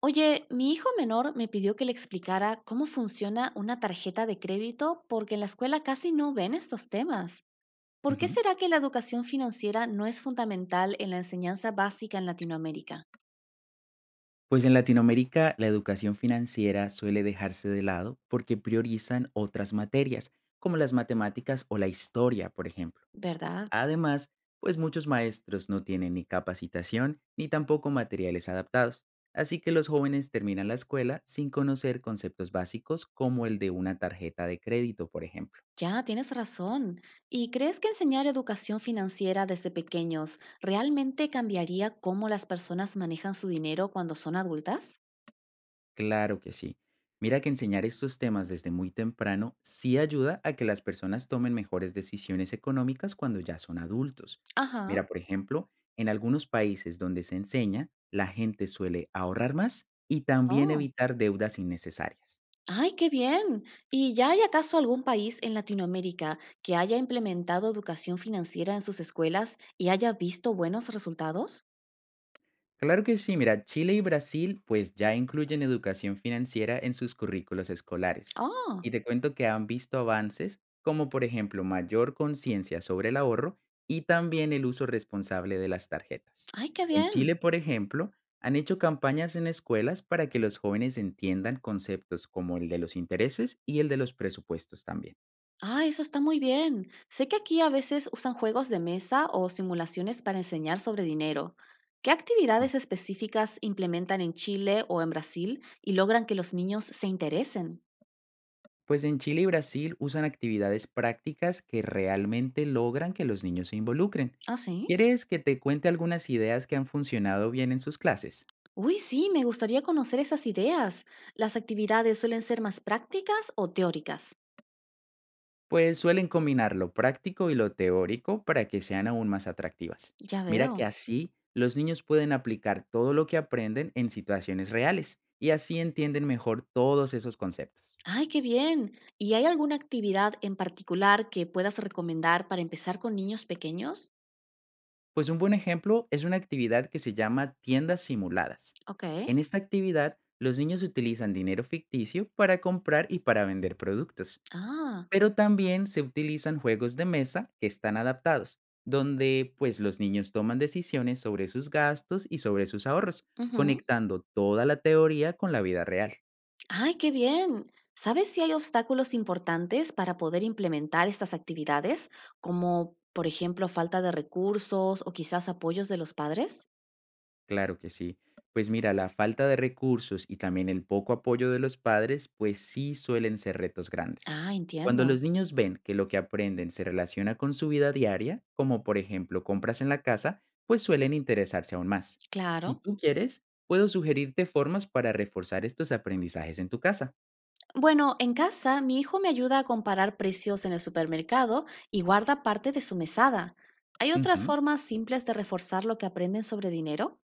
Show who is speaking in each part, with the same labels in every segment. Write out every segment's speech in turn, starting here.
Speaker 1: Oye, mi hijo menor me pidió que le explicara cómo funciona una tarjeta de crédito porque en la escuela casi no ven estos temas. ¿Por qué
Speaker 2: Ujú.
Speaker 1: será que la educación financiera no es fundamental en la enseñanza básica en Latinoamérica?
Speaker 2: Pues en Latinoamérica la educación financiera suele dejarse de lado porque priorizan otras materias, como las matemáticas o la historia, por ejemplo.
Speaker 1: ¿Verdad?
Speaker 2: Además, pues muchos maestros no tienen ni capacitación ni tampoco materiales adaptados, así que los jóvenes terminan la escuela sin conocer conceptos básicos como el de una tarjeta de crédito, por ejemplo.
Speaker 1: Ya, tienes razón. ¿Y crees que enseñar educación financiera desde pequeños realmente cambiaría cómo las personas manejan su dinero cuando son adultas?
Speaker 2: Claro que sí. Mira que enseñar estos temas desde muy temprano sí ayuda a que las personas tomen mejores decisiones económicas cuando ya son adultos.
Speaker 1: Ajá.
Speaker 2: Mira, por ejemplo, en algunos países donde se enseña, la gente suele ahorrar más y también
Speaker 1: Oh.
Speaker 2: evitar deudas innecesarias.
Speaker 1: Ay, qué bien. ¿Y ya hay acaso algún país en Latinoamérica que haya implementado educación financiera en sus escuelas y haya visto buenos resultados?
Speaker 2: Claro que sí, mira, Chile y Brasil pues ya incluyen educación financiera en sus currículos escolares.
Speaker 1: Oh,
Speaker 2: Y te cuento que han visto avances como por ejemplo mayor conciencia sobre el ahorro y también el uso responsable de las tarjetas.
Speaker 1: ay, qué
Speaker 2: En
Speaker 1: bien.
Speaker 2: Chile, por ejemplo, han hecho campañas en escuelas para que los jóvenes entiendan conceptos como el de los intereses y el de los presupuestos también.
Speaker 1: Ah, eso está muy bien. Sé que aquí a veces usan juegos de mesa o simulaciones para enseñar sobre dinero. ¿Qué actividades específicas implementan en Chile o en Brasil y logran que los niños se interesen?
Speaker 2: Pues en Chile y Brasil usan actividades prácticas que realmente logran que los niños se involucren.
Speaker 1: Ah, sí.
Speaker 2: ¿Quieres que te cuente algunas ideas que han funcionado bien en sus clases?
Speaker 1: Uy, sí, me gustaría conocer esas ideas. ¿Las actividades suelen ser más prácticas o teóricas?
Speaker 2: Pues suelen combinar lo práctico y lo teórico para que sean aún más atractivas.
Speaker 1: Ya
Speaker 2: Mira que
Speaker 1: veo.
Speaker 2: así los niños pueden aplicar todo lo que aprenden en situaciones reales y así entienden mejor todos esos conceptos.
Speaker 1: ¡Ay, qué bien! ¿Y hay alguna actividad en particular que puedas recomendar para empezar con niños pequeños?
Speaker 2: Pues un buen ejemplo es una actividad que se llama tiendas simuladas.
Speaker 1: Ok.
Speaker 2: En esta actividad, los niños utilizan dinero ficticio para comprar y para vender productos,
Speaker 1: Ah,
Speaker 2: pero también se utilizan juegos de mesa que están adaptados, donde pues los niños toman decisiones sobre sus gastos y sobre sus ahorros,
Speaker 1: ujú.
Speaker 2: conectando toda la teoría con la vida real.
Speaker 1: ¡Ay, qué bien! ¿Sabes si hay obstáculos importantes para poder implementar estas actividades, como por ejemplo falta de recursos o quizás apoyos de los padres?
Speaker 2: Claro que sí. Pues mira, la falta de recursos y también el poco apoyo de los padres, pues sí suelen ser retos grandes.
Speaker 1: Ah,
Speaker 2: Cuando
Speaker 1: entiendo.
Speaker 2: los niños ven que lo que aprenden se relaciona con su vida diaria, como por ejemplo compras en la casa, pues suelen interesarse aún más. Si
Speaker 1: Claro.
Speaker 2: tú quieres, puedo sugerirte formas para reforzar estos aprendizajes en tu casa.
Speaker 1: Bueno, en casa mi hijo me ayuda a comparar precios en el supermercado y guarda parte de su mesada. ¿Hay otras
Speaker 2: Ujú.
Speaker 1: formas simples de reforzar lo que aprenden sobre dinero?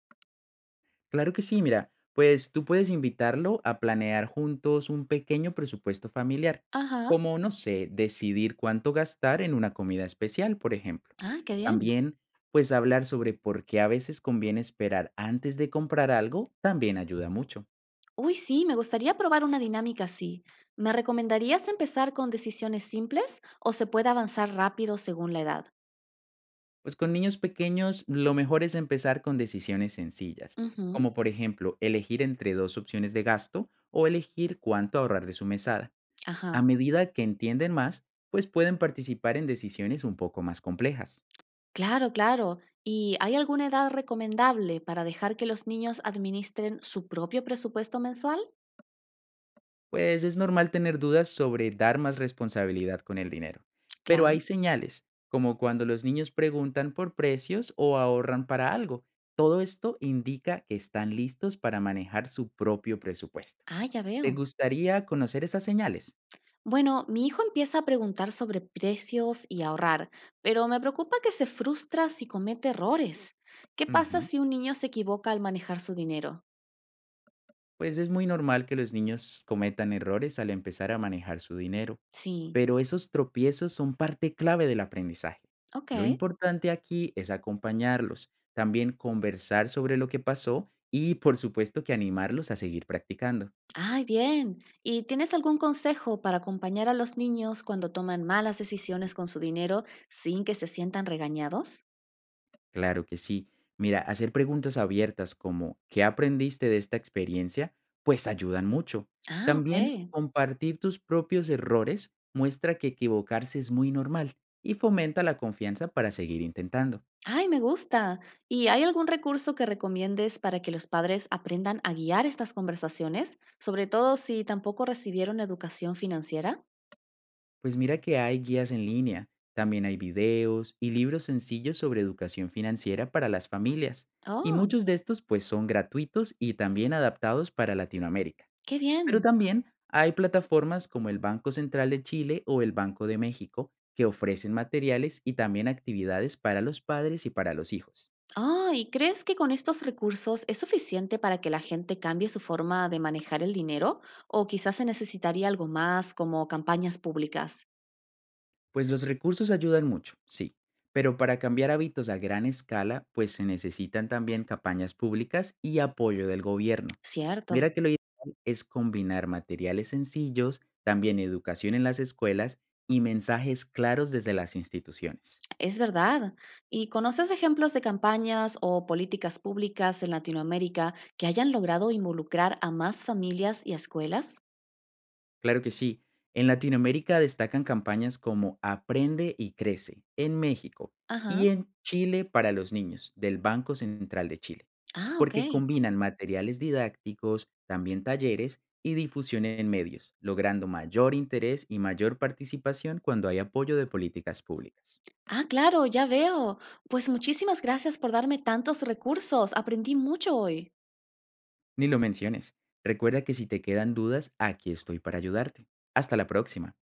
Speaker 2: Claro que sí, mira, pues tú puedes invitarlo a planear juntos un pequeño presupuesto familiar,
Speaker 1: Ajá.
Speaker 2: como, no sé, decidir cuánto gastar en una comida especial, por ejemplo.
Speaker 1: Ah, qué bien.
Speaker 2: También, pues hablar sobre por qué a veces conviene esperar antes de comprar algo también ayuda mucho.
Speaker 1: Uy, sí, me gustaría probar una dinámica así. ¿Me recomendarías empezar con decisiones simples o se puede avanzar rápido según la edad?
Speaker 2: Pues con niños pequeños lo mejor es empezar con decisiones sencillas,
Speaker 1: Ujú,
Speaker 2: como por ejemplo elegir entre dos opciones de gasto o elegir cuánto ahorrar de su mesada. A
Speaker 1: Ajá.
Speaker 2: medida que entienden más, pues pueden participar en decisiones un poco más complejas.
Speaker 1: Claro, claro. ¿Y hay alguna edad recomendable para dejar que los niños administren su propio presupuesto mensual?
Speaker 2: Pues es normal tener dudas sobre dar más responsabilidad con el dinero. Pero
Speaker 1: Claro.
Speaker 2: hay señales, como cuando los niños preguntan por precios o ahorran para algo. Todo esto indica que están listos para manejar su propio presupuesto.
Speaker 1: Ah, ya
Speaker 2: ¿Te
Speaker 1: veo.
Speaker 2: gustaría conocer esas señales?
Speaker 1: Bueno, mi hijo empieza a preguntar sobre precios y ahorrar, pero me preocupa que se frustra si comete errores. ¿Qué pasa
Speaker 2: Ujú.
Speaker 1: si un niño se equivoca al manejar su dinero?
Speaker 2: Pues es muy normal que los niños cometan errores al empezar a manejar su dinero,
Speaker 1: Sí,
Speaker 2: pero esos tropiezos son parte clave del aprendizaje.
Speaker 1: ok.
Speaker 2: Lo importante aquí es acompañarlos, también conversar sobre lo que pasó y por supuesto que animarlos a seguir practicando.
Speaker 1: Ay, bien. ¿Y tienes algún consejo para acompañar a los niños cuando toman malas decisiones con su dinero sin que se sientan regañados?
Speaker 2: Claro que sí. Mira, hacer preguntas abiertas como ¿qué aprendiste de esta experiencia? Pues ayudan mucho.
Speaker 1: Ah, ok.
Speaker 2: También compartir tus propios errores muestra que equivocarse es muy normal y fomenta la confianza para seguir intentando.
Speaker 1: Ay, me gusta. ¿Y hay algún recurso que recomiendes para que los padres aprendan a guiar estas conversaciones, sobre todo si tampoco recibieron educación financiera?
Speaker 2: Pues mira que hay guías en línea, también hay videos y libros sencillos sobre educación financiera para las familias. Y
Speaker 1: Oh,
Speaker 2: muchos de estos pues son gratuitos y también adaptados para Latinoamérica.
Speaker 1: qué
Speaker 2: Pero
Speaker 1: bien.
Speaker 2: también hay plataformas como el Banco Central de Chile o el Banco de México que ofrecen materiales y también actividades para los padres y para los hijos.
Speaker 1: Oh, ¿y crees que con estos recursos es suficiente para que la gente cambie su forma de manejar el dinero? ¿O quizás se necesitaría algo más como campañas públicas?
Speaker 2: Pues los recursos ayudan mucho, sí, pero para cambiar hábitos a gran escala, pues se necesitan también campañas públicas y apoyo del gobierno.
Speaker 1: Cierto.
Speaker 2: Mira que lo ideal es combinar materiales sencillos, también educación en las escuelas y mensajes claros desde las instituciones.
Speaker 1: Es verdad. ¿Y conoces ejemplos de campañas o políticas públicas en Latinoamérica que hayan logrado involucrar a más familias y a escuelas?
Speaker 2: Claro que sí. En Latinoamérica destacan campañas como Aprende y Crece en México
Speaker 1: Ajá.
Speaker 2: y en Chile para los niños del Banco Central de Chile,
Speaker 1: Ah, ok.
Speaker 2: porque combinan materiales didácticos, también talleres y difusión en medios, logrando mayor interés y mayor participación cuando hay apoyo de políticas públicas.
Speaker 1: Ah, claro, ya veo. Pues muchísimas gracias por darme tantos recursos. Aprendí mucho hoy.
Speaker 2: Ni lo menciones. Recuerda que si te quedan dudas, aquí estoy para ayudarte. Hasta la próxima.